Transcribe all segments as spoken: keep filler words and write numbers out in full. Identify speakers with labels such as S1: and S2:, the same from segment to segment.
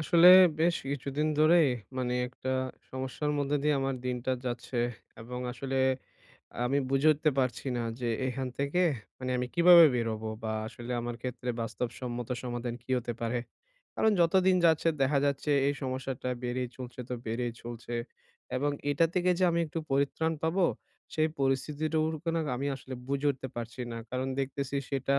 S1: আসলে বেশ কিছুদিন ধরেই মানে একটা সমস্যার মধ্যে দিয়ে আমার দিনটা যাচ্ছে এবং আসলে আমি বুঝে উঠতে পারছি না যে এখান থেকে মানে আমি কিভাবে বেরোবো, বা আসলে আমার ক্ষেত্রে বাস্তবসম্মত সমাধান কি হতে পারে। কারণ যতদিন যাচ্ছে দেখা যাচ্ছে এই সমস্যাটা বেড়েই চলছে, তো বেড়েই চলছে। এবং এটা থেকে যে আমি একটু পরিত্রাণ পাবো, সেই পরিস্থিতিটুকু না আমি আসলে বুঝে উঠতে পারছি না, কারণ দেখতেছি সেটা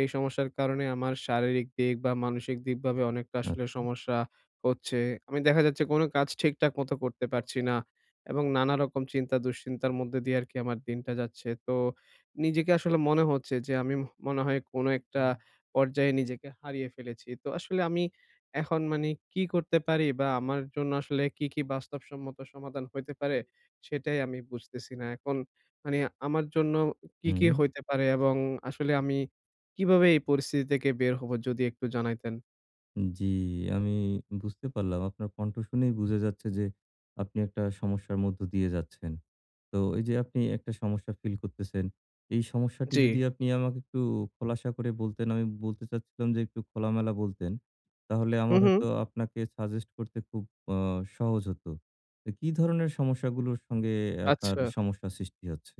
S1: এই সমস্যার কারণে আমার শারীরিক দিক বা মানসিক দিকভাবে অনেকটা আসলে
S2: আচ্ছা,
S1: সমস্যা হচ্ছে। আমি দেখা যাচ্ছে কোনো কাজ ঠিকঠাক মতো করতে পারছি না, এবং নানা রকম চিন্তা দুশ্চিন্তার মধ্যে দিয়ে আর কি আমার দিনটা যাচ্ছে তো। নিজেকে আসলে মনে হচ্ছে যে আমি মনে হয় কোনো একটা পর্যায়ে নিজেকে হারিয়ে ফেলেছি। তো আসলে আমি এখন মানে কি করতে পারি, বা আমার জন্য আসলে কি, কি বাস্তবসম্মত সমাধান হইতে পারে, সেটাই আমি বুঝতেছি না। এখন মানে আমার জন্য কি, কি
S2: হুম।
S1: হইতে পারে, এবং আসলে আমি কিভাবে এই পরিস্থিতি থেকে বের হবো, যদি একটু জানাইতেন?
S2: জি, আমি বুঝতে পারলাম। আপনার কণ্ঠ শুনেই বুঝা যাচ্ছে যে আপনি একটা সমস্যার মধ্য দিয়ে যাচ্ছেন। তো এই যে আপনি একটা সমস্যা ফিল করতেছেন, এই সমস্যাটি
S1: জি।
S2: যদি আপনি আমাকে একটু খোলাসা করে বলতেন, আমি বলতে চাচ্ছিলাম যে একটু খোলামেলা বলতেন, তাহলে
S1: হু,
S2: আমার
S1: হু।
S2: হয়তো আপনাকে সাজেস্ট করতে খুব আ সহজ হতো। তো কি ধরনের সমস্যাগুলোর সঙ্গে আপনার
S1: আচ্ছা।
S2: সমস্যা সৃষ্টি হচ্ছে?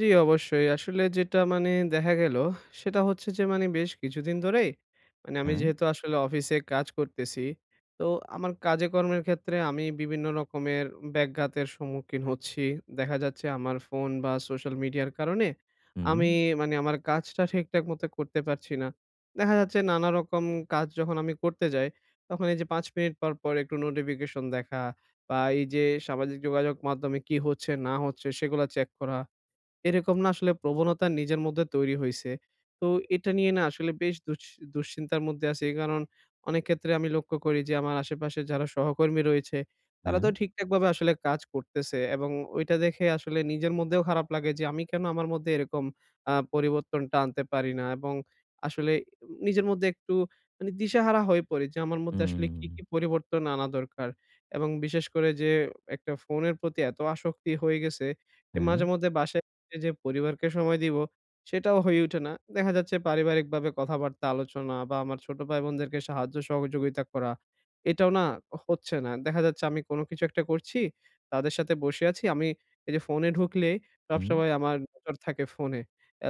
S1: জি, অবশ্যই। আসলে যেটা মানে দেখা গেল, সেটা হচ্ছে যে মানে বেশ কিছুদিন ধরেই মানে আমি
S2: হ্যাঁ,
S1: যেহেতু আসলে অফিসে কাজ করতেছি, তো আমার কাজে কর্মের ক্ষেত্রে আমি বিভিন্ন রকমের ব্যাঘাতের সম্মুখীন হচ্ছি। দেখা যাচ্ছে আমার ফোন বা সোশ্যাল মিডিয়ার কারণে
S2: হুম,
S1: আমি মানে আমার কাজটা ঠিকঠাক মতো করতে পারছি না। দেখা যাচ্ছে নানা রকম কাজ যখন আমি করতে যাই, তখন এই যে পাঁচ মিনিট পর, পর একটু নোটিফিকেশন দেখা, বা এই যে সামাজিক যোগাযোগ মাধ্যমে কি হচ্ছে না হচ্ছে সেগুলা চেক করা, এরকম না আসলে প্রবণতা নিজের মধ্যে তৈরি হইছে। তো এটা নিয়ে না আসলে বেশ দুশ দুশ্চিন্তার মধ্যে আছি। কারণ অনেক ক্ষেত্রে আমি লক্ষ্য করি যে আমার আশেপাশে যারা সহকর্মী রয়েছে, তারা
S2: হ্যাঁ,
S1: তো ঠিকঠাকভাবে আসলে কাজ করতেছে, এবং ওইটা দেখে আসলে নিজের মধ্যেও খারাপ লাগে যে আমি কেন আমার মধ্যে এরকম আ পরিবর্তনটা আনতে পারি না, এবং আসলে নিজের মধ্যে একটু মানে দিশাহারা হয়ে পড়ি যে আমার মধ্যে আসলে
S2: হুম,
S1: কি, কি পরিবর্তন আনা দরকার। এবং বিশেষ করে যে একটা ফোনের প্রতি এত আসক্তি হয়ে গেছে যে
S2: হ্যাঁ,
S1: মাঝেমধ্যে বাসায় এ যে পরিবারকে সময় দিব, সেটাও হয়ে ওঠে না। দেখা যাচ্ছে পারিবারিকভাবে কথাবার্তা আলোচনা, বা আমার ছোট ভাই-বোনদেরকে সাহায্য সহযোগিতা করা, এটাও না হচ্ছে না। দেখা যাচ্ছে আমি কোনো কিছু একটা করছি, তাদের সাথে বসে আছি। আমি এই যে ফোনে ঢুকলে
S2: হুম,
S1: সবসময় আমার নজর থাকে ফোনে।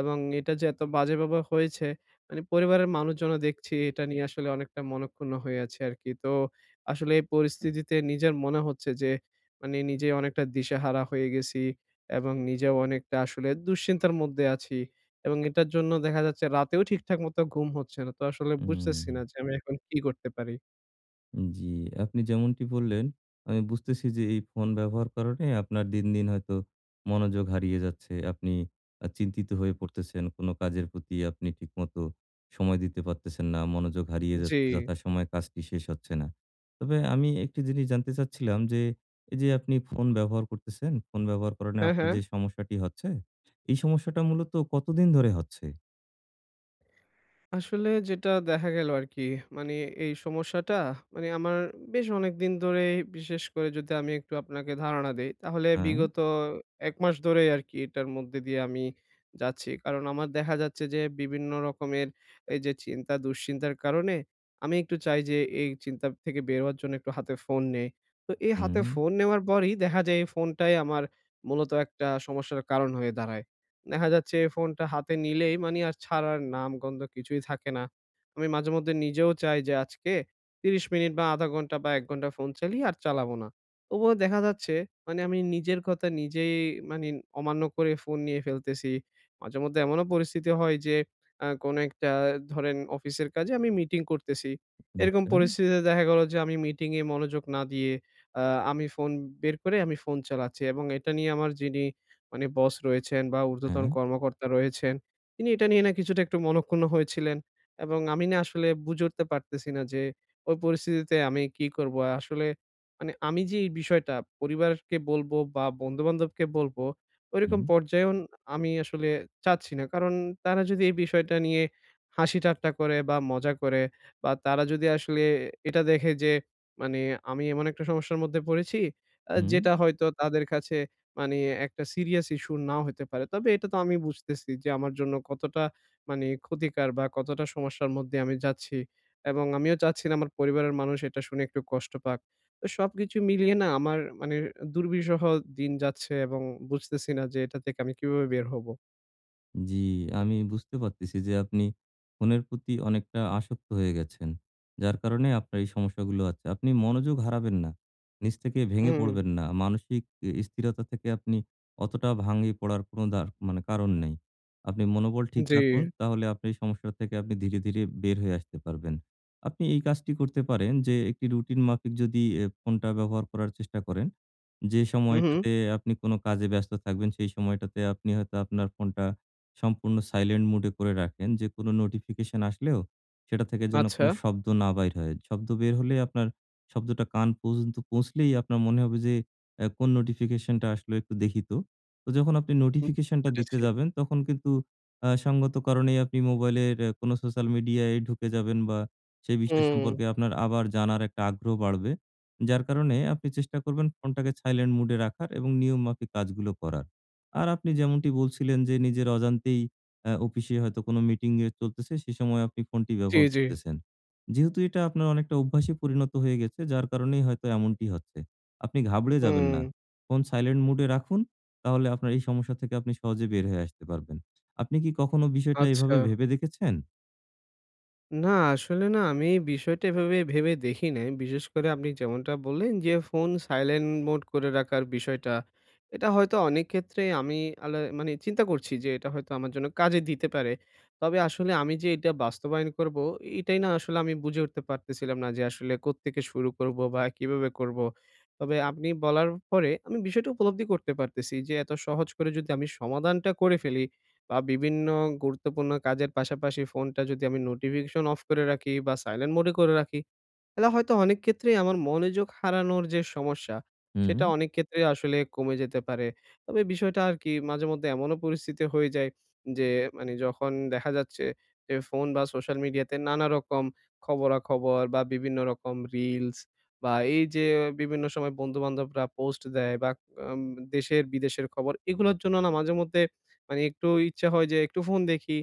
S1: এবং এটা যে এত বাজেভাবে হয়েছে, মানে পরিবারের মানুষজনও দেখছি এটা নিয়ে আসলে অনেকটা মনঃক্ষুণ্ণ হয়ে আছে আরকি। তো আসলে এই পরিস্থিতিতে নিজের মনে হচ্ছে যে, মানে নিজেই অনেকটা দিশেহারা হয়ে গেছি। এবং নিজেও অনেকটা আসলে দুশ্চিন্তার মধ্যে আছি, এবং এটার জন্য দেখা যাচ্ছে রাতেও ঠিকঠাক মতো ঘুম হচ্ছে না। তো আসলে
S2: হুম।
S1: বুঝতেছি না যে আমি এখন কি করতে পারি?
S2: জি, আপনি যেমনটি বললেন, আমি বুঝতেছি যে এই ফোন ব্যবহার কারণে আপনার দিন, দিন হয়তো মনোযোগ হারিয়ে যাচ্ছে। আপনি আ চিন্তিত হয়ে পড়তেছেন। কোন কাজের প্রতি আপনি ঠিকমতো সময় দিতে পারতেছেন না। মনোযোগ হারিয়ে
S1: জি।
S2: যাচ্ছে। যথাসময়ে কাজটি শেষ হচ্ছে না। তবে আমি একটি জিনিস জানতে চাচ্ছিলাম যে, এই যে আপনি ফোন ব্যবহার করতেছেন, ফোন ব্যবহার কারণে
S1: হ্যাঁ,
S2: আপনার
S1: হ্যাঁ।
S2: যে সমস্যাটি হচ্ছে, এই সমস্যাটা মূলত কতদিন ধরে হচ্ছে?
S1: আসলে যেটা দেখা গেল আরকি, মানে এই সমস্যাটা মানে আমার বেশ অনেকদিন ধরেই, বিশেষ করে যদি আমি একটু আপনাকে ধারণা দেই, তাহলে
S2: হ্যাঁ,
S1: বিগত এক মাস ধরেই আরকি এটার মধ্যে দিয়ে আমি যাচ্ছি। কারণ আমার দেখা যাচ্ছে যে বিভিন্ন রকমের এই যে চিন্তা, দুশ্চিন্তার কারণে আমি একটু চাই যে এই চিন্তা থেকে বের হওয়ার জন্য একটু হাতে ফোন নেই। তো এই হাতে
S2: হুম,
S1: ফোন নেওয়ার পরই দেখা যায় এই ফোনটাই আমার মূলত একটা সমস্যার কারণ হয়ে দাঁড়ায়। দেখা যাচ্ছে ফোনটা হাতে নিলেই মানে আর ছাড়ার নাম গন্ধ কিছুই থাকে না। আমি মাঝেমধ্যে নিজেও চাই যে আজকে ত্রিশ মিনিট বা আধা ঘন্টা বা এক ঘন্টা ফোন চালিয়ে আর চালাবো না। তবুও দেখা যাচ্ছে মানে আমি নিজের কথা নিজেই মানি অমান্য করে ফোন নিয়ে ফেলতেছি। মাঝেমধ্যে এমনও পরিস্থিতি হয় যে আ কোনো একটা ধরেন অফিসের কাজে আমি মিটিং করতেছি। এরকম
S2: আচ্ছা,
S1: পরিস্থিতিতে দেখা গেল যে আমি মিটিং এ মনোযোগ না দিয়ে আ আমি ফোন বের করে আমি ফোন চালাচ্ছি, এবং এটা নিয়ে আমার যিনি মানে বস রয়েছেন বা ঊর্ধ্বতন
S2: হ্যাঁ,
S1: কর্মকর্তা রয়েছেন, তিনি এটা নিয়ে না কিছুটা একটু মনঃক্ষুণ্ণ হয়েছিলেন। এবং আমি না আসলে বুঝে উঠতে পারতেছি না যে ওই পরিস্থিতিতে আমি কি করবো? আসলে মানে আমি যে এই বিষয়টা পরিবারকে বলবো বা বন্ধু-বান্ধবকে বলবো, ওইরকম
S2: হুম,
S1: পর্যায়েও ন- আমি আসলে চাচ্ছি না। কারণ তারা যদি এই বিষয়টা নিয়ে হাসি ঠাট্টা করে বা মজা করে, বা তারা যদি আসলে এটা দেখে যে মানে আমি এমন একটা সমস্যার মধ্যে পড়েছি, আ
S2: হুম।
S1: যেটা হয়তো তাদের কাছে মানে একটা সিরিয়াস ইস্যু নাও হইতে পারে। তবে এটা তো আমি বুঝতেছি যে আমার জন্য কতটা মানে ক্ষতিকর, বা কতটা সমস্যার মধ্যে আমি যাচ্ছি। এবং আমিও চাচ্ছি না আমার পরিবারের মানুষ এটা শুনে একটু কষ্ট পাক। তো সবকিছু মিলিয়ে না আমার মানে দুর্বিষহ দিন যাচ্ছে, এবং বুঝতেছি না যে এটা থেকে আমি কিভাবে বের হব?
S2: জি, আমি বুঝতে পারতেছি যে আপনি ফোনের প্রতি অনেকটা আসক্ত হয়ে গেছেন। যার কারণে আপনার এই সমস্যাগুলো আছে। আপনি মনোযোগ হারাবেন না। নিজ থেকে ভেঙে
S1: হুম,
S2: পড়বেন না। মানসিক এ স্থিরতা থেকে আপনি অতটা ভাঙি পড়ার কোনো দার মানে কারণ নেই। আপনি মনোবল ঠিক
S1: জি।
S2: রাখুন। তাহলে আপনি এই সমস্যা থেকে আপনি ধীরে, ধীরে বের হয়ে আসতে পারবেন। আপনি এই কাজটি করতে পারেন যে একটি রুটিন মাফিক যদি এ ফোনটা ব্যবহার করার চেষ্টা করেন। যে
S1: হু, হু।
S2: সময়টাতে আপনি কোনো কাজে ব্যস্ত থাকবেন সেই সময়টাতে আপনি হয়তো আপনার ফোনটা সম্পূর্ণ সাইলেন্ট মুডে করে রাখেন যে কোনো নোটিফিকেশন আসলেও সেটা থেকে যেন
S1: আচ্ছা।
S2: কোনো শব্দ না বাইর হয়। শব্দ বের হলে আপনার শব্দটা কান পর্যন্ত পৌঁছলেই আপনার মনে হবে যে অ্যা কোন নোটিফিকেশনটা আসলো একটু দেখি তো। তো যখন আপনি
S1: বুঝতে
S2: নোটিফিকেশনটা দেখতে
S1: পেরেছি।
S2: যাবেন তখন কিন্তু আ সঙ্গত কারণেই আপনি মোবাইলের অ্যা কোনো সোশ্যাল মিডিয়ায় ঢুকে যাবেন বা সেই বিষয়
S1: হুম।
S2: সম্পর্কে আপনার আবার জানার একটা আগ্রহ বাড়বে। যার কারণে আপনি চেষ্টা করবেন ফোনটাকে সাইলেন্ট মুডে রাখার এবং নিয়মমাফিক কাজগুলো করার। আর আপনি যেমনটি বলছিলেন যে নিজের অজান্তেই আ অফিসে হয়তো কোনো মিটিং এ চলতেছে, সে সময় আপনি ফোনটি
S1: জি,
S2: ব্যবহার
S1: জি।
S2: করতেছেন। যেহেতু এটা আপনার অনেকটা অভ্যাসে পরিণত হয়ে গেছে, যার কারণেই হয়তো এমনটি হচ্ছে। আপনি ঘাবড়ে যাবেন
S1: হুম।
S2: না। ফোন সাইলেন্ট মুড এ রাখুন। তাহলে আপনার এই সমস্যা থেকে আপনি সহজে বের হয়ে আসতে পারবেন। আপনি কি কখনো বিষয়টা এভাবে
S1: আচ্ছা।
S2: ভেবে দেখেছেন?
S1: না, আসলে না আমি বিষয়টা এভাবে ভেবে দেখি নাই। বিশেষ করে আপনি যেমনটা বললেন যে, ফোন সাইলেন্ট মোড করে রাখার বিষয়টা, এটা হয়তো অনেক ক্ষেত্রে আমি আলা মানে চিন্তা করছি যে, এটা হয়তো আমার জন্য কাজে দিতে পারে। তবে আসলে আমি যে এটা বাস্তবায়ন করব, এটাই না আসলে আমি বুঝে উঠতে পারতেছিলাম না যে, আসলে কোত্থেকে শুরু করব বা কিভাবে করব। তবে আপনি বলার পরে আমি বিষয়টা উপলব্ধি করতে পারতেছি যে, এত সহজ করে যদি আমি সমাধানটা করে ফেলি, বা বিভিন্ন গুরুত্বপূর্ণ কাজের পাশাপাশি ফোনটা যদি আমি নোটিফিকেশন অফ করে রাখি, বা সাইলেন্ট মোড এ করে রাখি, এটা হয়তো অনেক ক্ষেত্রেই আমার মনোযোগ হারানোর যে সমস্যা,
S2: হুম,
S1: সেটা অনেক ক্ষেত্রেই আসলে কমে যেতে পারে। তবে বিষয়টা আর কি মাঝেমধ্যে এমনও পরিস্থিতি হয়ে যায় যে, মানে যখন দেখা যাচ্ছে যে ফোন বা সোশ্যাল মিডিয়াতে নানা রকম খবরাখবর, বা বিভিন্ন রকম রিলস, বা এই যে বিভিন্ন সময় বন্ধু-বান্ধবরা পোস্ট দেয়, বা আম দেশের বিদেশের খবর, এগুলোর জন্য না মাঝেমধ্যে মানে একটু ইচ্ছা হয় যে একটু ফোন দেখি,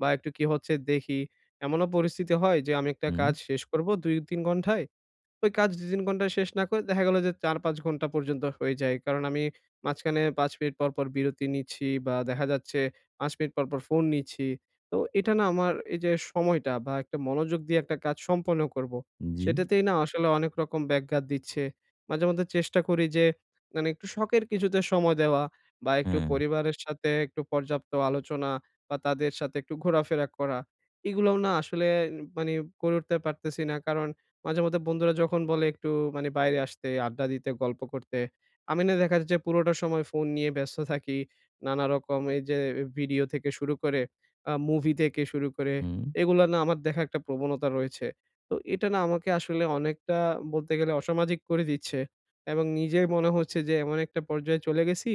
S1: বা একটু কি হচ্ছে দেখি। এমনও পরিস্থিতি হয় যে আমি একটা
S2: হুম,
S1: কাজ শেষ করব দুই তিন ঘন্টায়। ওই কাজ দুই তিন ঘন্টা শেষ না করে দেখা গেল যে চার পাঁচ ঘন্টা পর্যন্ত হয়ে যায়। কারণ আমি মাঝখানে পাঁচ মিনিট পর, পর বিরতি নিচ্ছি, বা দেখা যাচ্ছে পাঁচ মিনিট পর, পর ফোন নিচ্ছি। তো এটা না আমার এই যে সময়টা, বা একটা মনোযোগ দিয়ে একটা কাজ সম্পন্ন করব,
S2: জি,
S1: সেটাতেই না আসলে অনেক রকম ব্যাঘাত দিচ্ছে। মাঝেমধ্যে চেষ্টা করি যে মানে একটু শখের কিছুতে সময় দেওয়া, বা একটু
S2: হ্যাঁ,
S1: পরিবারের সাথে একটু পর্যাপ্ত আলোচনা, বা তাদের সাথে একটু ঘোরাফেরা করা, এগুলোও না আসলে মানে করে উঠতে পারতেছি না। কারণ মাঝেমধ্যে বন্ধুরা যখন বলে একটু মানে বাইরে আসতে, আড্ডা দিতে, গল্প করতে, আমি না দেখা যাচ্ছে পুরোটা সময় ফোন নিয়ে ব্যস্ত থাকি। নানা রকম এই যে ভিডিও থেকে শুরু করে, আ মুভি থেকে শুরু করে,
S2: হুম,
S1: এগুলা না আমার দেখা একটা প্রবণতা রয়েছে। তো এটা না আমাকে আসলে অনেকটা বলতে গেলে অসামাজিক করে দিচ্ছে, এবং নিজের মনে হচ্ছে যে এমন একটা পর্যায়ে চলে গেছি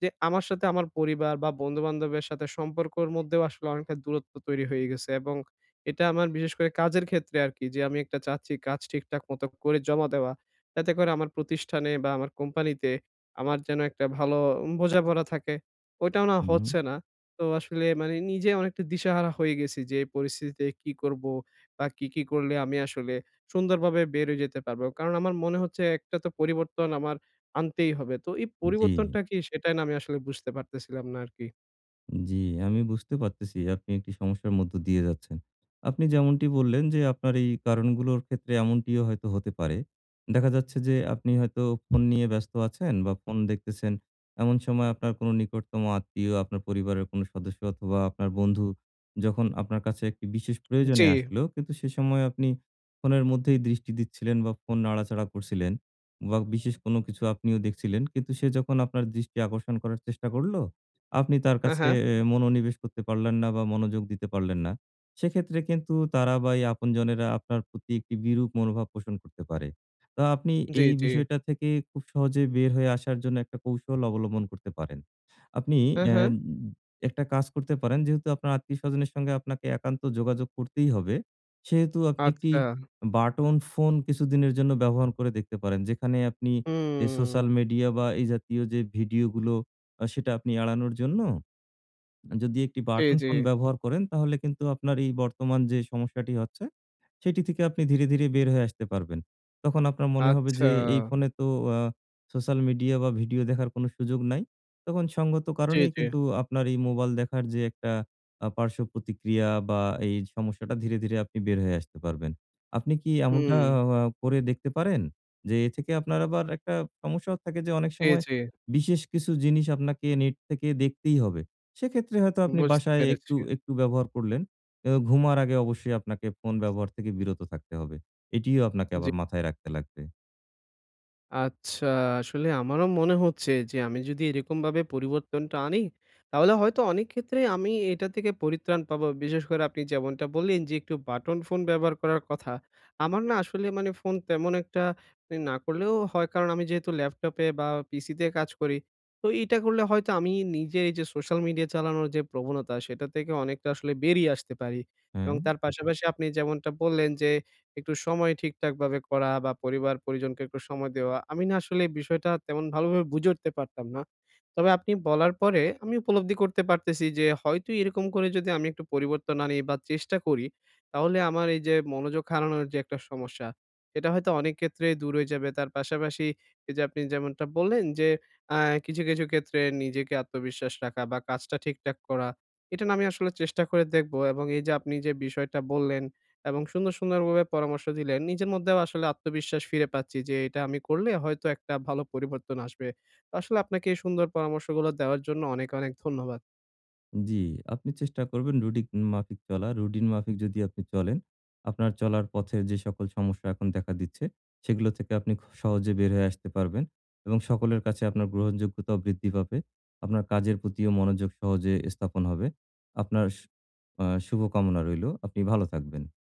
S1: যে আমার সাথে আমার পরিবার বা বন্ধু-বান্ধবের সাথে সম্পর্কর মধ্যেও আসলে অনেকটা দূরত্ব তৈরি হয়ে গেছে। এবং এটা আমার বিশেষ করে কাজের ক্ষেত্রে আরকি, যে আমি একটা চাচ্ছি কাজ ঠিকঠাক মতো করে জমা দেওয়া, যাতে করে আমার প্রতিষ্ঠানে বা আমার কোম্পানিতে আমার যেন একটা ভালো বোঝাপড়া থাকে। ওইটাও না
S2: হুম,
S1: হচ্ছে না। তো আসলে মানে নিজে অনেকটা দিশাহারা হয়ে গেছি যে এই পরিস্থিতিতে কি করব, বা কি, কি করলে আমি আসলে সুন্দরভাবে বের হয়ে যেতে পারবো। কারণ আমার মনে হচ্ছে একটা তো পরিবর্তন আমার আনতেই হবে। তো এই
S2: জি।
S1: পরিবর্তনটা কি, সেটাই না আমি আসলে বুঝতে পারতেছিলাম না আরকি।
S2: জি, আমি বুঝতে পারতেছি আপনি একটি সমস্যার মধ্য দিয়ে যাচ্ছেন। আপনি যেমনটি বললেন যে আপনার এই কারণগুলোর ক্ষেত্রে এমনটিও হয়তো হতে পারে। দেখা যাচ্ছে যে আপনি হয়তো ফোন নিয়ে ব্যস্ত আছেন বা ফোন দেখতেছেন। এমন সময় আপনার কোনো নিকটতম আত্মীয়, আপনার পরিবারের কোনো সদস্য অথবা আপনার বন্ধু যখন আপনার কাছে একটি বিশেষ
S1: জি।
S2: প্রয়োজনে আসলো, কিন্তু সে সময় আপনি ফোনের মধ্যেই দৃষ্টি দিচ্ছিলেন বা ফোন নাড়াচাড়া করছিলেন বা বিশেষ কোনো কিছু আপনিও দেখছিলেন। কিন্তু সে যখন আপনার দৃষ্টি আকর্ষণ করার চেষ্টা করল আপনি তার
S1: হ্যাঁ,
S2: কাছে
S1: হ্যাঁ।
S2: এ মনোনিবেশ করতে পারলেন না বা মনোযোগ দিতে পারলেন না। সেক্ষেত্রে কিন্তু তারা বা এই আপনজনেরা আপনার প্রতি একটি বিরূপ মনোভাব পোষণ করতে পারে। তো আপনি
S1: জি,
S2: এই
S1: জি।
S2: বিষয়টা থেকে খুব সহজে বের হয়ে আসার জন্য একটা কৌশল অবলম্বন করতে পারেন। আপনি
S1: হ্যাঁ,
S2: অ্যা
S1: হ্যাঁ।
S2: একটা কাজ করতে পারেন যেহেতু আপনার আত্মীয়স্বজনের সঙ্গে আপনাকে একান্ত যোগাযোগ করতেই হবে, সেহেতু আপনি একটি
S1: আচ্ছা।
S2: বাটন ফোন কিছুদিনের জন্য ব্যবহার করে দেখতে পারেন। যেখানে আপনি এই
S1: হুম।
S2: সোশ্যাল মিডিয়া বা এই জাতীয় যে ভিডিওগুলো আ সেটা আপনি এড়ানোর জন্য যদি একটি
S1: জি,
S2: বাটন
S1: জি।
S2: ফোন ব্যবহার করেন তাহলে কিন্তু আপনার এই বর্তমান যে সমস্যাটি হচ্ছে সেটি থেকে আপনি ধীরে, ধীরে বের হয়ে আসতে পারবেন। তখন আপনার মনে হবে
S1: আচ্ছা।
S2: যে এই ফোনে তো আ সোশ্যাল মিডিয়া বা ভিডিও দেখার কোনো সুযোগ নাই। তখন সঙ্গত
S1: জি,
S2: কারণেই
S1: জি।
S2: কিন্তু আপনার এই মোবাইল দেখার যে একটা আ পার্শ্ব প্রতিক্রিয়া বা এই সমস্যাটা ধীরে, ধীরে আপনি বের হয়ে আসতে পারবেন। আপনি কি এমনটা
S1: হুম।
S2: আ করে দেখতে পারেন? যে এ থেকে আপনার আবার একটা সমস্যাও থাকে যে অনেক
S1: জি,
S2: সময়
S1: জি।
S2: বিশেষ কিছু জিনিস আপনাকে নেট থেকে দেখতেই হবে। সেক্ষেত্রে হয়তো আপনি
S1: বুঝতে
S2: বাসায় একটু,
S1: পেরেছি।
S2: একটু ব্যবহার করলেন। এও ঘুমার আগে অবশ্যই আপনাকে ফোন ব্যবহার থেকে বিরত থাকতে হবে। এটিও আপনাকে আবার মাথায় রাখতে লাগবে।
S1: আচ্ছা, আসলে আমারও মনে হচ্ছে যে আমি যদি এরকমভাবে পরিবর্তনটা আনি, তাহলে হয়তো অনেক ক্ষেত্রে আমি এটা থেকে পরিত্রাণ পাবো। বিশেষ করে আপনি যেমনটা বললেন যে একটু বাটন ফোন ব্যবহার করার কথা, আমার না আসলে মানে ফোন তেমন একটা মানে না করলেও হয়, কারণ আমি যেহেতু ল্যাপটপে বা পিসিতে কাজ করি। তো এটা করলে হয়তো আমি নিজের এই যে সোশ্যাল মিডিয়া চালানোর যে প্রবণতা, সেটা থেকে অনেকটা আসলে বেরিয়ে আসতে পারি।
S2: হ্যাঁ।
S1: এবং তার পাশাপাশি আপনি যেমনটা বললেন যে একটু সময় ঠিকঠাকভাবে করা, বা পরিবার-পরিজনকে একটু সময় দেওয়া, আমি না আসলে বিষয়টা তেমন ভালোভাবে বুঝে উঠতে পারতাম না। তবে আপনি বলার পরে আমি উপলব্ধি করতে পারতেছি যে হয়তো এরকম করে যদি আমি একটু পরিবর্তন আনি বা চেষ্টা করি, তাহলে আমার এই যে মনোযোগ হারানোর যে একটা সমস্যা, এটা হয়তো অনেক ক্ষেত্রে দূর হয়ে যাবে। তার পাশাপাশি এই যে আপনি যেমনটা বললেন যে আ কিছু, কিছু ক্ষেত্রে নিজেকে আত্মবিশ্বাস রাখা বা কাজটা ঠিকঠাক করা, এটা না আমি আসলে চেষ্টা করে দেখব। এবং এই যে আপনি যে বিষয়টা বললেন এবং সুন্দর, সুন্দরভাবে পরামর্শ দিলেন, নিজের মধ্যেও আসলে আত্মবিশ্বাস ফিরে পাচ্ছি যে এটা আমি করলে হয়তো একটা ভালো পরিবর্তন আসবে। তো আসলে আপনাকে এই সুন্দর পরামর্শগুলো দেওয়ার জন্য অনেক, অনেক ধন্যবাদ।
S2: জি, আপনি চেষ্টা করবেন রুটিক মাফিক চলা। রুটিন মাফিক যদি আপনি চলেন, আপনার চলার পথে যে সকল সমস্যা এখন দেখা দিচ্ছে, সেগুলো থেকে আপনি খুব সহজে বের হয়ে আসতে পারবেন এবং সকলের কাছে আপনার গ্রহণযোগ্যতাও বৃদ্ধি পাবে। আপনার কাজের প্রতিও মনোযোগ সহজে স্থাপন হবে। আপনার সু আ শুভকামনা রইলো। আপনি ভালো থাকবেন।